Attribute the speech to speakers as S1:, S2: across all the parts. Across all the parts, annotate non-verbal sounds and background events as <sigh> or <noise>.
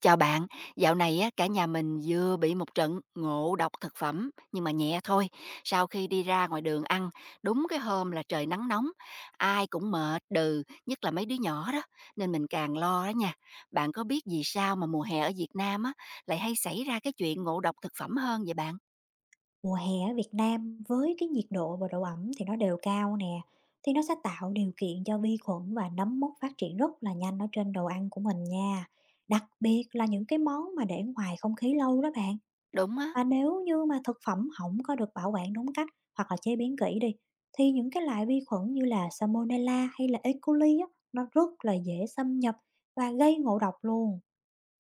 S1: Chào bạn, dạo này á, cả nhà mình vừa bị một trận ngộ độc thực phẩm nhưng mà nhẹ thôi. Sau khi đi ra ngoài đường ăn, đúng cái hôm là trời nắng nóng, ai cũng mệt đừ, nhất là mấy đứa nhỏ đó, nên mình càng lo đó nha. Bạn có biết vì sao mà mùa hè ở Việt Nam á lại hay xảy ra cái chuyện ngộ độc thực phẩm hơn vậy bạn?
S2: Mùa hè ở Việt Nam với cái nhiệt độ và độ ẩm thì nó đều cao nè, thì nó sẽ tạo điều kiện cho vi khuẩn và nấm mốc phát triển rất là nhanh ở trên đồ ăn của mình nha. Đặc biệt là những cái món mà để ngoài không khí lâu đó bạn.
S1: Đúng á,
S2: Và nếu như mà thực phẩm không có được bảo quản đúng cách hoặc là chế biến kỹ đi, thì những cái loại vi khuẩn như là Salmonella hay là E. coli á, nó rất là dễ xâm nhập và gây ngộ độc luôn.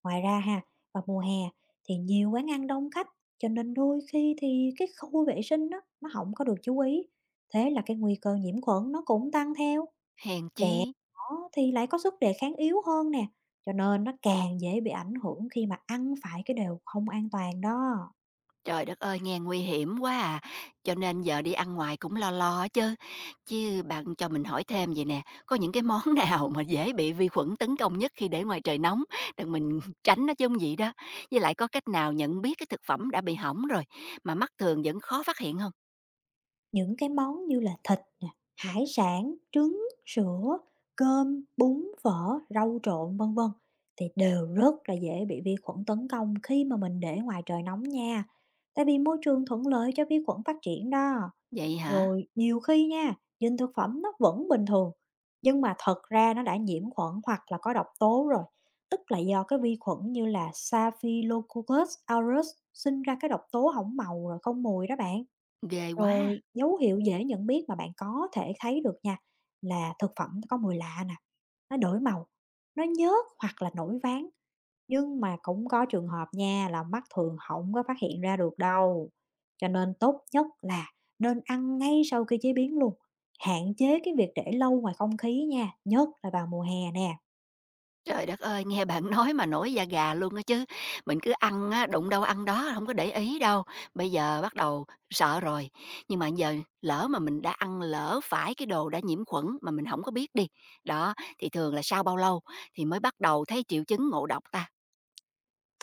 S2: Ngoài ra ha, vào mùa hè thì nhiều quán ăn đông khách, cho nên đôi khi thì cái khu vệ sinh á, nó không có được chú ý, thế là cái nguy cơ nhiễm khuẩn nó cũng tăng theo.
S1: hèn
S2: Trẻ
S1: chi.
S2: nhỏ thì lại có sức đề kháng yếu hơn nè, cho nên nó càng dễ bị ảnh hưởng khi mà ăn phải cái đồ không an toàn đó.
S1: Trời đất ơi, nghe nguy hiểm quá à! Cho nên giờ đi ăn ngoài cũng lo lo chứ. Chứ bạn cho mình hỏi thêm vầy nè, có những cái món <laughs> nào mà dễ bị vi khuẩn tấn công nhất khi để ngoài trời nóng, để mình <laughs> tránh nó chứ hông vậy đó? Với lại có cách nào nhận biết cái thực phẩm đã bị hỏng rồi, mà mắt thường vẫn khó phát hiện không?
S2: Những cái món như là thịt nè, hải sản, trứng, sữa, cơm, bún, phở, rau trộn, vân vân thì đều rất là dễ bị vi khuẩn tấn công khi mà mình để ngoài trời nóng nha. Tại vì môi trường thuận lợi cho vi khuẩn phát triển đó.
S1: Vậy hả?
S2: Rồi nhiều khi nha, dinh thực phẩm nó vẫn bình thường nhưng mà thật ra nó đã nhiễm khuẩn hoặc là có độc tố rồi. Tức là do cái vi khuẩn như là Staphylococcus aureus sinh ra cái độc tố hỏng màu rồi không mùi đó bạn.
S1: Ghê quá!
S2: Rồi dấu hiệu dễ nhận biết mà bạn có thể thấy được nha là thực phẩm nó có mùi lạ nè, nó đổi màu, nó nhớt hoặc là nổi ván. Nhưng mà cũng có trường hợp nha là mắt thường không có phát hiện ra được đâu. Cho nên tốt nhất là nên ăn ngay sau khi chế biến luôn. Hạn chế cái việc để lâu ngoài không khí nha, nhất là vào mùa hè nè.
S1: Trời đất ơi, nghe bạn <laughs> nói mà nổi da gà luôn á chứ. Mình cứ ăn á, đụng đâu ăn đó, không có để ý đâu. Bây giờ bắt đầu sợ rồi. Nhưng mà giờ lỡ mà mình đã ăn lỡ phải cái đồ đã nhiễm khuẩn mà mình không có biết đi, đó, thì thường là sau bao lâu thì mới bắt đầu thấy triệu chứng ngộ độc ta?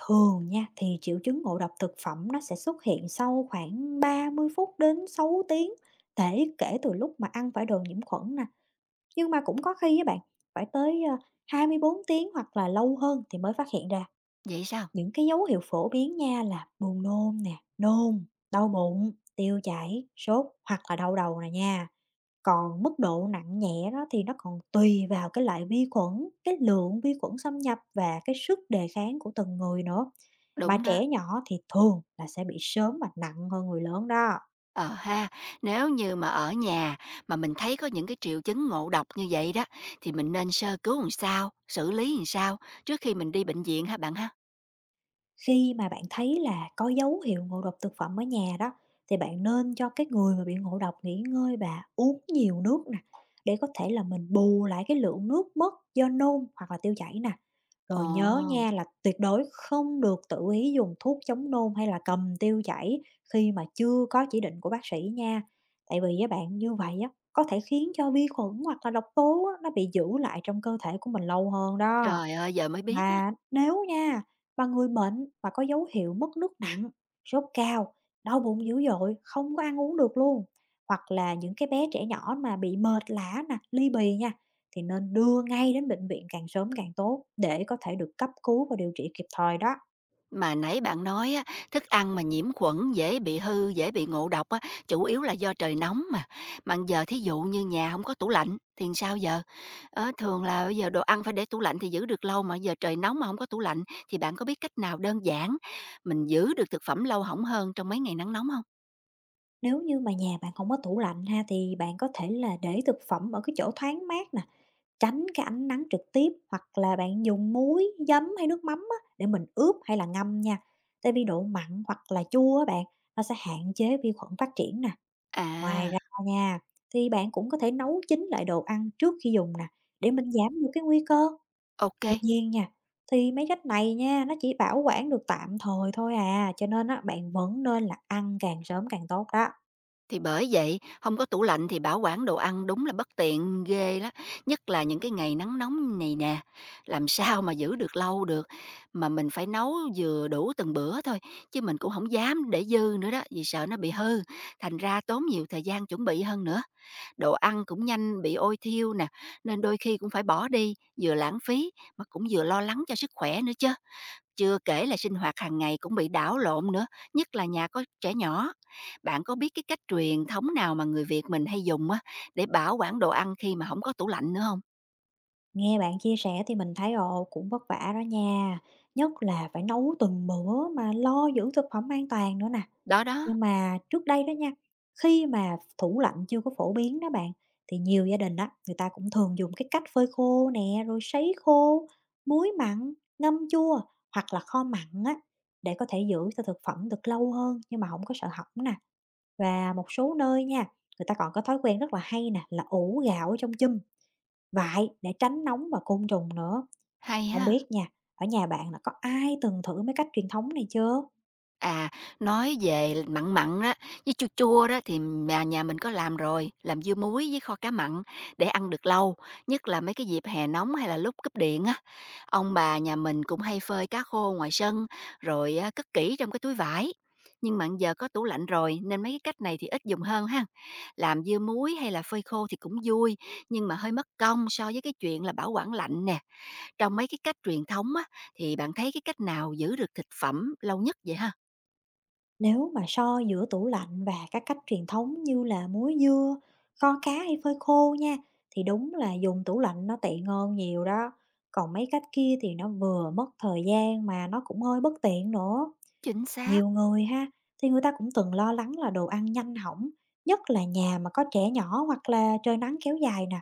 S2: Thường nha, thì triệu chứng ngộ độc thực phẩm nó sẽ xuất hiện sau khoảng 30 phút đến 6 tiếng thể kể từ lúc mà ăn phải đồ nhiễm khuẩn nè. Nhưng mà cũng có khi các bạn, phải tới, 24 tiếng hoặc là lâu hơn thì mới phát hiện ra.
S1: Vậy sao?
S2: Những cái dấu hiệu phổ biến nha là buồn nôn nè, nôn, đau bụng, tiêu chảy, sốt hoặc là đau đầu nè nha. Còn mức độ nặng nhẹ đó thì nó còn tùy vào cái loại vi khuẩn, cái lượng vi khuẩn xâm nhập và cái sức đề kháng của từng người nữa. Mà
S1: Đúng đó.
S2: trẻ nhỏ thì thường là sẽ bị sớm và nặng hơn người lớn đó.
S1: Ờ ha, nếu như mà ở nhà mà mình thấy có những cái triệu chứng ngộ độc như vậy đó, thì mình nên sơ cứu làm sao? Xử lý làm sao trước khi mình đi bệnh viện hả bạn ha?
S2: Khi mà bạn thấy là có dấu hiệu ngộ độc thực phẩm ở nhà đó thì bạn nên cho cái người mà bị ngộ độc nghỉ ngơi và uống nhiều nước nè, để có thể là mình bù lại cái lượng nước mất do nôn hoặc là tiêu chảy nè. Rồi nhớ nha
S1: Ồ!
S2: là tuyệt đối không được tự ý dùng thuốc chống nôn hay là cầm tiêu chảy khi mà chưa có chỉ định của bác sĩ nha. Tại vì với bạn như vậy á, có thể khiến cho vi khuẩn hoặc là độc tố á, nó bị giữ lại trong cơ thể của mình lâu hơn đó.
S1: Trời ơi, giờ mới biết á.
S2: Mà nếu nha, mà người bệnh mà có dấu hiệu mất nước nặng, sốt cao, đau bụng dữ dội, không có ăn uống được luôn, hoặc là những cái bé trẻ nhỏ mà bị mệt lả nè, ly bì nha, thì nên đưa ngay đến bệnh viện càng sớm càng tốt, để có thể được cấp cứu và điều trị kịp thời đó.
S1: Mà nãy bạn nói á, thức ăn mà nhiễm khuẩn dễ bị hư, dễ bị ngộ độc á, chủ yếu là do trời nóng mà. Mà giờ thí dụ như nhà không có tủ lạnh thì sao giờ? Ờ, thường là bây giờ đồ ăn phải để tủ lạnh thì giữ được lâu mà giờ trời nóng mà không có tủ lạnh thì bạn có biết cách nào đơn giản mình giữ được thực phẩm lâu hỏng hơn trong mấy ngày nắng nóng không?
S2: Nếu như mà nhà bạn không có tủ lạnh ha, thì bạn có thể là để thực phẩm ở cái chỗ thoáng mát nè, tránh cái ánh nắng trực tiếp, hoặc là bạn dùng muối, giấm hay nước mắm á, để mình ướp hay là ngâm nha. Tại vì độ mặn hoặc là chua á bạn, nó sẽ hạn chế vi khuẩn phát triển nè. Ngoài
S1: À,
S2: ra nha, thì bạn cũng có thể nấu chín lại đồ ăn trước khi dùng nè, để mình giảm được cái nguy cơ.
S1: ok.
S2: Tuy nhiên nha, thì mấy cách này nha, nó chỉ bảo quản được tạm thời thôi à, cho nên á, bạn vẫn nên là ăn càng sớm càng tốt đó.
S1: Thì bởi vậy, không có tủ lạnh thì bảo quản đồ ăn đúng là bất tiện ghê đó, nhất là những cái ngày nắng nóng này nè, làm <laughs> sao mà giữ được lâu được. Mà mình phải nấu vừa đủ từng bữa thôi, chứ mình cũng không dám để dư nữa đó, vì sợ nó bị hư, thành ra tốn nhiều thời gian chuẩn bị hơn nữa. Đồ ăn cũng nhanh bị ôi thiêu nè, nên đôi khi cũng phải bỏ đi, vừa lãng phí mà cũng vừa lo lắng cho sức khỏe nữa chứ chưa kể là sinh hoạt hàng ngày cũng bị đảo lộn nữa, nhất là nhà có trẻ nhỏ. Bạn có biết cái cách truyền thống nào mà người Việt mình hay dùng á để bảo quản đồ ăn khi mà không có tủ lạnh nữa không?
S2: Nghe bạn chia sẻ thì mình thấy, ồ, cũng vất vả đó nha, nhất là phải nấu từng bữa mà lo giữ thực phẩm an toàn nữa nè.
S1: Đó đó,
S2: Nhưng mà trước đây đó nha, khi mà tủ lạnh chưa có phổ biến đó bạn, thì nhiều gia đình đó người ta cũng thường dùng cái cách phơi khô nè, rồi sấy khô, muối mặn, ngâm chua hoặc là kho mặn á, để có thể giữ cho thực phẩm được lâu hơn nhưng mà không có sợ hỏng nè. Và một số nơi nha, người ta còn có thói quen rất là hay nè, là ủ gạo ở trong chum. Vậy, để tránh nóng và côn trùng nữa.
S1: hay
S2: Không
S1: ha!
S2: biết nha, ở nhà bạn là có ai từng thử mấy cách truyền thống này chưa?
S1: À, nói về mặn mặn á, với chua chua đó thì nhà nhà mình có làm rồi, làm dưa muối với kho cá mặn để ăn được lâu, nhất là mấy cái dịp hè nóng hay là lúc cúp điện á. Ông bà nhà mình cũng hay phơi cá khô ngoài sân rồi à, cất kỹ trong cái túi vải. Nhưng mà giờ có tủ lạnh rồi nên mấy cái cách này thì ít dùng hơn ha. Làm dưa muối hay là phơi khô thì cũng vui, nhưng mà hơi mất công so với cái chuyện là bảo quản lạnh nè. Trong mấy cái cách truyền thống á thì bạn thấy cái cách nào giữ được thực phẩm lâu nhất vậy ha?
S2: Nếu mà so giữa tủ lạnh và các cách truyền thống như là muối dưa, kho cá hay phơi khô nha, thì đúng là dùng tủ lạnh nó tiện hơn nhiều đó. Còn mấy cách kia thì nó vừa mất thời gian mà nó cũng hơi bất tiện nữa.
S1: Chính xác,
S2: Nhiều người ha, thì người ta cũng từng lo lắng là đồ ăn nhanh hỏng, nhất là nhà mà có trẻ nhỏ hoặc là trời nắng kéo dài nè.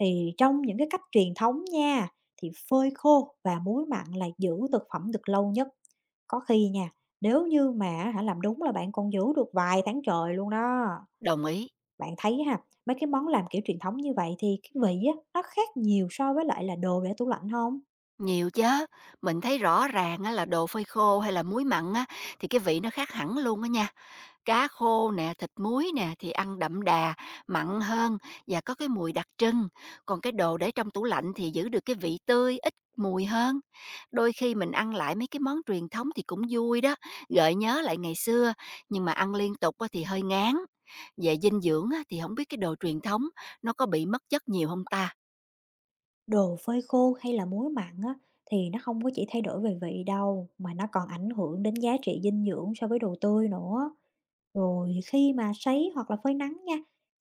S2: Thì trong những cái cách truyền thống nha, thì phơi khô và muối mặn là giữ thực phẩm được lâu nhất. Có khi nha, nếu như mà á hả làm đúng là bạn còn giữ được vài tháng trời luôn đó.
S1: đồng ý,
S2: Bạn thấy ha, mấy cái món làm kiểu truyền thống như vậy thì cái vị á, nó khác nhiều so với lại là đồ để tủ lạnh không?
S1: nhiều chứ. Mình thấy rõ ràng á là đồ phơi khô hay là muối mặn á, thì cái vị nó khác hẳn luôn á nha. Cá khô nè, thịt muối nè thì ăn đậm đà, mặn hơn và có cái mùi đặc trưng, còn cái đồ để trong tủ lạnh thì giữ được cái vị tươi, ít mùi hơn. Đôi khi mình ăn lại mấy cái món truyền thống thì cũng vui đó, gợi nhớ lại ngày xưa, nhưng mà ăn liên tục á thì hơi ngán. Về dinh dưỡng á thì không biết cái đồ truyền thống nó có bị mất chất nhiều không ta?
S2: Đồ phơi khô hay là muối mặn á, thì nó không có chỉ thay đổi về vị đâu, mà nó còn ảnh hưởng đến giá trị dinh dưỡng so với đồ tươi nữa. Rồi khi mà sấy hoặc là phơi nắng nha,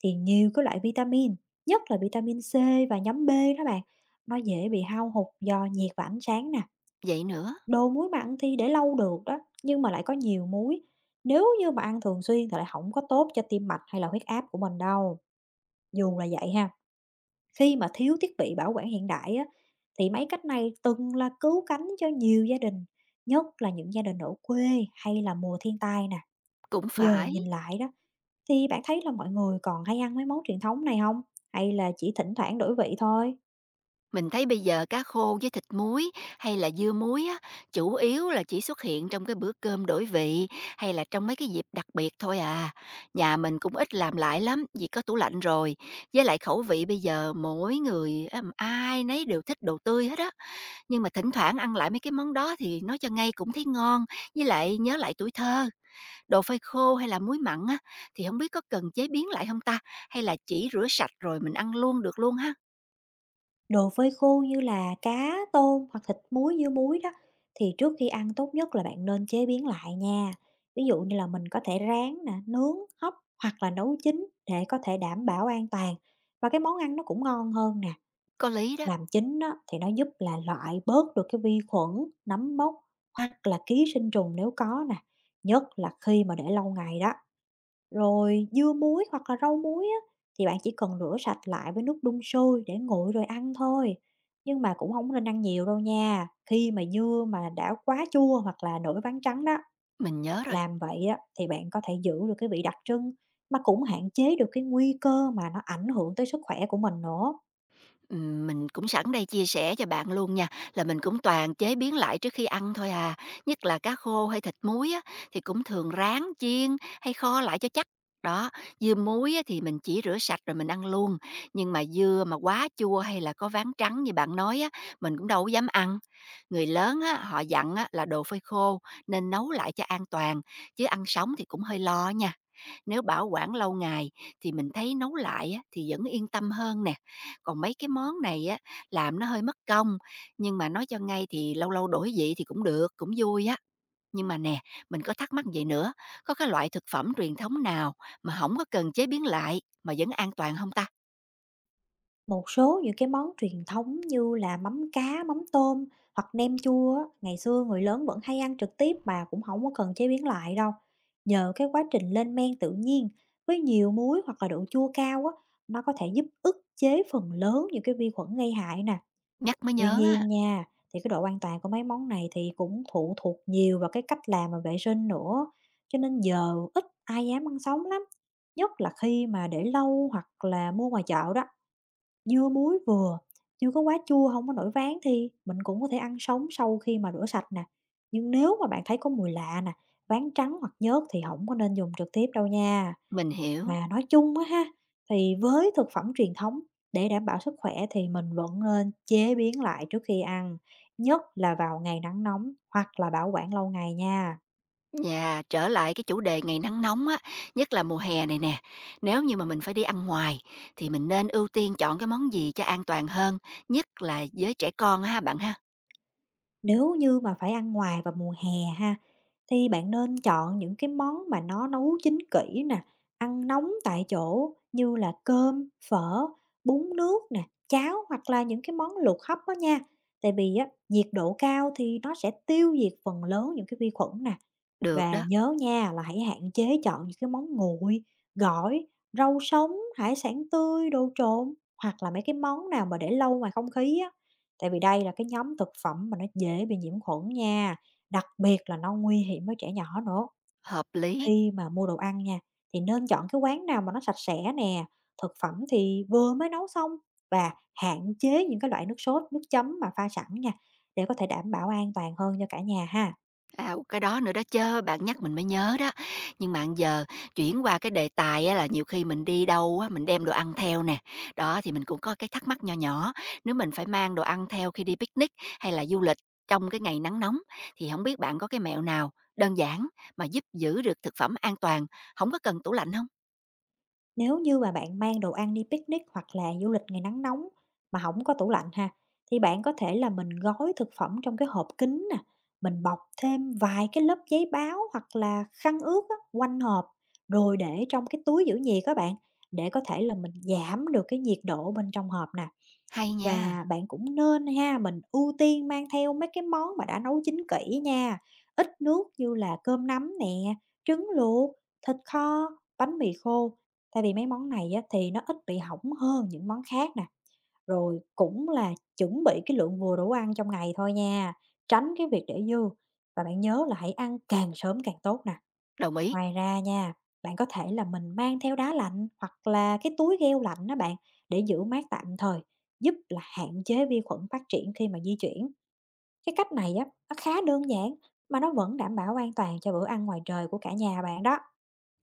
S2: thì nhiều cái loại vitamin, nhất là vitamin C và nhóm B đó bạn, nó dễ bị hao hụt do nhiệt và ánh sáng nè.
S1: Vậy nữa.
S2: Đồ muối mặn thì để lâu được đó, nhưng mà lại có nhiều muối. Nếu như mà ăn thường xuyên thì lại không có tốt cho tim mạch hay là huyết áp của mình đâu. Dù là vậy ha. Khi mà thiếu thiết bị bảo quản hiện đại á, thì mấy cách này từng là cứu cánh cho nhiều gia đình, nhất là những gia đình ở quê hay là mùa thiên tai nè.
S1: Cũng
S2: Giờ
S1: phải,
S2: nhìn lại đó, thì bạn thấy là mọi người còn hay ăn mấy món truyền thống này không? Hay là chỉ thỉnh thoảng đổi vị thôi?
S1: mình thấy bây giờ cá khô với thịt muối hay là dưa muối á, chủ yếu là chỉ xuất hiện trong cái bữa cơm đổi vị hay là trong mấy cái dịp đặc biệt thôi à. Nhà mình cũng ít làm lại lắm vì có tủ lạnh rồi. Với lại khẩu vị bây giờ mỗi người á, ai nấy đều thích đồ tươi hết á. Nhưng mà thỉnh thoảng ăn lại mấy cái món đó thì nói cho ngay cũng thấy ngon, với lại nhớ lại tuổi thơ. Đồ phơi khô hay là muối mặn á thì không biết có cần chế biến lại không ta, hay là chỉ rửa sạch rồi mình ăn luôn được luôn ha.
S2: Đồ phơi khô như là cá, tôm hoặc thịt muối dưa muối đó, thì trước khi ăn tốt nhất là bạn nên chế biến lại nha. Ví dụ như là mình có thể rán nè, nướng, hấp hoặc là nấu chín để có thể đảm bảo an toàn. Và cái món ăn nó cũng ngon hơn nè.
S1: Có lý đó.
S2: Làm chín á, thì nó giúp là loại bớt được cái vi khuẩn, nấm mốc hoặc là ký sinh trùng nếu có nè, nhất là khi mà để lâu ngày đó. Rồi dưa muối hoặc là rau muối á, thì bạn chỉ cần rửa sạch lại với nước đun sôi để nguội rồi ăn thôi. Nhưng mà cũng không nên ăn nhiều đâu nha, khi mà dưa mà đã quá chua hoặc là nổi ván trắng đó.
S1: Mình nhớ rồi.
S2: Làm vậy á, thì bạn có thể giữ được cái vị đặc trưng, mà cũng hạn chế được cái nguy cơ mà nó ảnh hưởng tới sức khỏe của mình nữa.
S1: Mình cũng sẵn đây chia sẻ cho bạn luôn nha, là mình cũng toàn chế biến lại trước khi ăn thôi à, nhất là cá khô hay thịt muối á, thì cũng thường rán, chiên hay kho lại cho chắc. Đó, dưa muối á, thì mình chỉ rửa sạch rồi mình ăn luôn, nhưng mà dưa mà quá chua hay là có ván trắng như bạn nói á, mình cũng đâu có dám ăn. Người lớn á, họ dặn á, là đồ phơi khô nên nấu lại cho an toàn, chứ ăn sống thì cũng hơi lo nha. Nếu bảo quản lâu ngày thì mình thấy nấu lại á, thì vẫn yên tâm hơn nè. Còn mấy cái món này á, làm nó hơi mất công, nhưng mà nói cho ngay thì lâu lâu đổi vị thì cũng được, cũng vui á. Nhưng mà nè, mình có thắc mắc vậy nữa, có cái loại thực phẩm truyền thống nào mà không có cần chế biến lại mà vẫn an toàn không ta?
S2: Một số những cái món truyền thống như là mắm cá, mắm tôm hoặc nem chua á, ngày xưa người lớn vẫn hay ăn trực tiếp mà cũng không có cần chế biến lại đâu. Nhờ cái quá trình lên men tự nhiên với nhiều muối hoặc là độ chua cao á, nó có thể giúp ức chế phần lớn những cái vi khuẩn gây hại nè.
S1: Nhắc mới
S2: Tuy
S1: nhớ á,
S2: nhiên nha, thì cái độ an toàn của mấy món này thì cũng phụ thuộc nhiều vào cái cách làm và vệ sinh nữa, cho nên giờ ít ai dám ăn sống lắm, nhất là khi mà để lâu hoặc là mua ngoài chợ đó. Dưa muối vừa, chưa có quá chua, không có nổi ván thì mình cũng có thể ăn sống sau khi mà rửa sạch nè. Nhưng nếu mà bạn thấy có mùi lạ nè, ván trắng hoặc nhớt thì không có nên dùng trực tiếp đâu nha.
S1: mình hiểu.
S2: Mà nói chung á ha, thì với thực phẩm truyền thống, để đảm bảo sức khỏe thì mình vẫn nên chế biến lại trước khi ăn, nhất là vào ngày nắng nóng hoặc là bảo quản lâu ngày nha.
S1: Nhà, trở lại cái chủ đề ngày nắng nóng á, nhất là mùa hè này nè, nếu như mà mình phải đi ăn ngoài thì mình nên ưu tiên chọn cái món gì cho an toàn hơn, nhất là với trẻ con á ha bạn ha?
S2: Nếu như mà phải ăn ngoài vào mùa hè ha, thì bạn nên chọn những cái món mà nó nấu chín kỹ nè, ăn nóng tại chỗ như là cơm, phở, bún nước nè, cháo hoặc là những cái món luộc hấp đó nha. Tại vì á, nhiệt độ cao thì nó sẽ tiêu diệt phần lớn những cái vi khuẩn nè.
S1: Được
S2: Và
S1: đó,
S2: nhớ nha là hãy hạn chế chọn những cái món nguội, gỏi, rau sống, hải sản tươi, đồ trộn hoặc là mấy cái món nào mà để lâu ngoài không khí á. Tại vì đây là cái nhóm thực phẩm mà nó dễ bị nhiễm khuẩn nha, đặc biệt là nó nguy hiểm với trẻ nhỏ nữa.
S1: hợp lý.
S2: Khi mà mua đồ ăn nha thì nên chọn cái quán nào mà nó sạch sẽ nè, thực phẩm thì vừa mới nấu xong, và hạn chế những cái loại nước sốt, nước chấm mà pha sẵn nha, để có thể đảm bảo an toàn hơn cho cả nhà ha.
S1: À, cái đó nữa đó chớ, bạn nhắc mình mới nhớ đó. Nhưng mà giờ chuyển qua cái đề tài á là nhiều khi mình đi đâu á, mình đem đồ ăn theo nè. Đó, thì mình cũng có cái thắc mắc nho nhỏ, nếu mình phải mang đồ ăn theo khi đi picnic hay là du lịch trong cái ngày nắng nóng, thì không biết bạn có cái mẹo nào đơn giản mà giúp giữ được thực phẩm an toàn, không có cần tủ lạnh không?
S2: Nếu như mà bạn mang đồ ăn đi picnic hoặc là du lịch ngày nắng nóng mà không có tủ lạnh ha, thì bạn có thể là mình gói thực phẩm trong cái hộp kính nè, mình bọc thêm vài cái lớp giấy báo hoặc là khăn ướt á, quanh hộp, rồi để trong cái túi giữ nhiệt các bạn, để có thể là mình giảm được cái nhiệt độ bên trong hộp nè.
S1: Hay nha,
S2: Và bạn cũng nên ha, mình ưu tiên mang theo mấy cái món mà đã nấu chín kỹ nha, ít nước như là cơm nắm nè, trứng luộc, thịt kho, bánh mì khô, tại vì mấy món này á, thì nó ít bị hỏng hơn những món khác nè. Rồi cũng là chuẩn bị cái lượng vừa đủ ăn trong ngày thôi nha, tránh cái việc để dư và bạn nhớ là hãy ăn càng sớm càng tốt nè.
S1: đồng ý.
S2: Ngoài ra nha, bạn có thể là mình mang theo đá lạnh hoặc là cái túi gel lạnh đó bạn để giữ mát tạm thời, giúp là hạn chế vi khuẩn phát triển khi mà di chuyển. Cái cách này á, nó khá đơn giản mà nó vẫn đảm bảo an toàn cho bữa ăn ngoài trời của cả nhà bạn đó.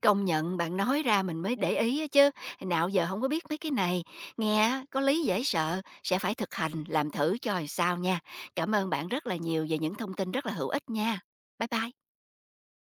S1: Công nhận, bạn nói ra mình mới để ý á chứ, nào giờ không có biết mấy cái này, nghe á có lý dễ sợ, sẽ phải thực hành, làm thử cho coi sao nha. Cảm ơn bạn rất là nhiều về những thông tin rất là hữu ích nha. Bye bye.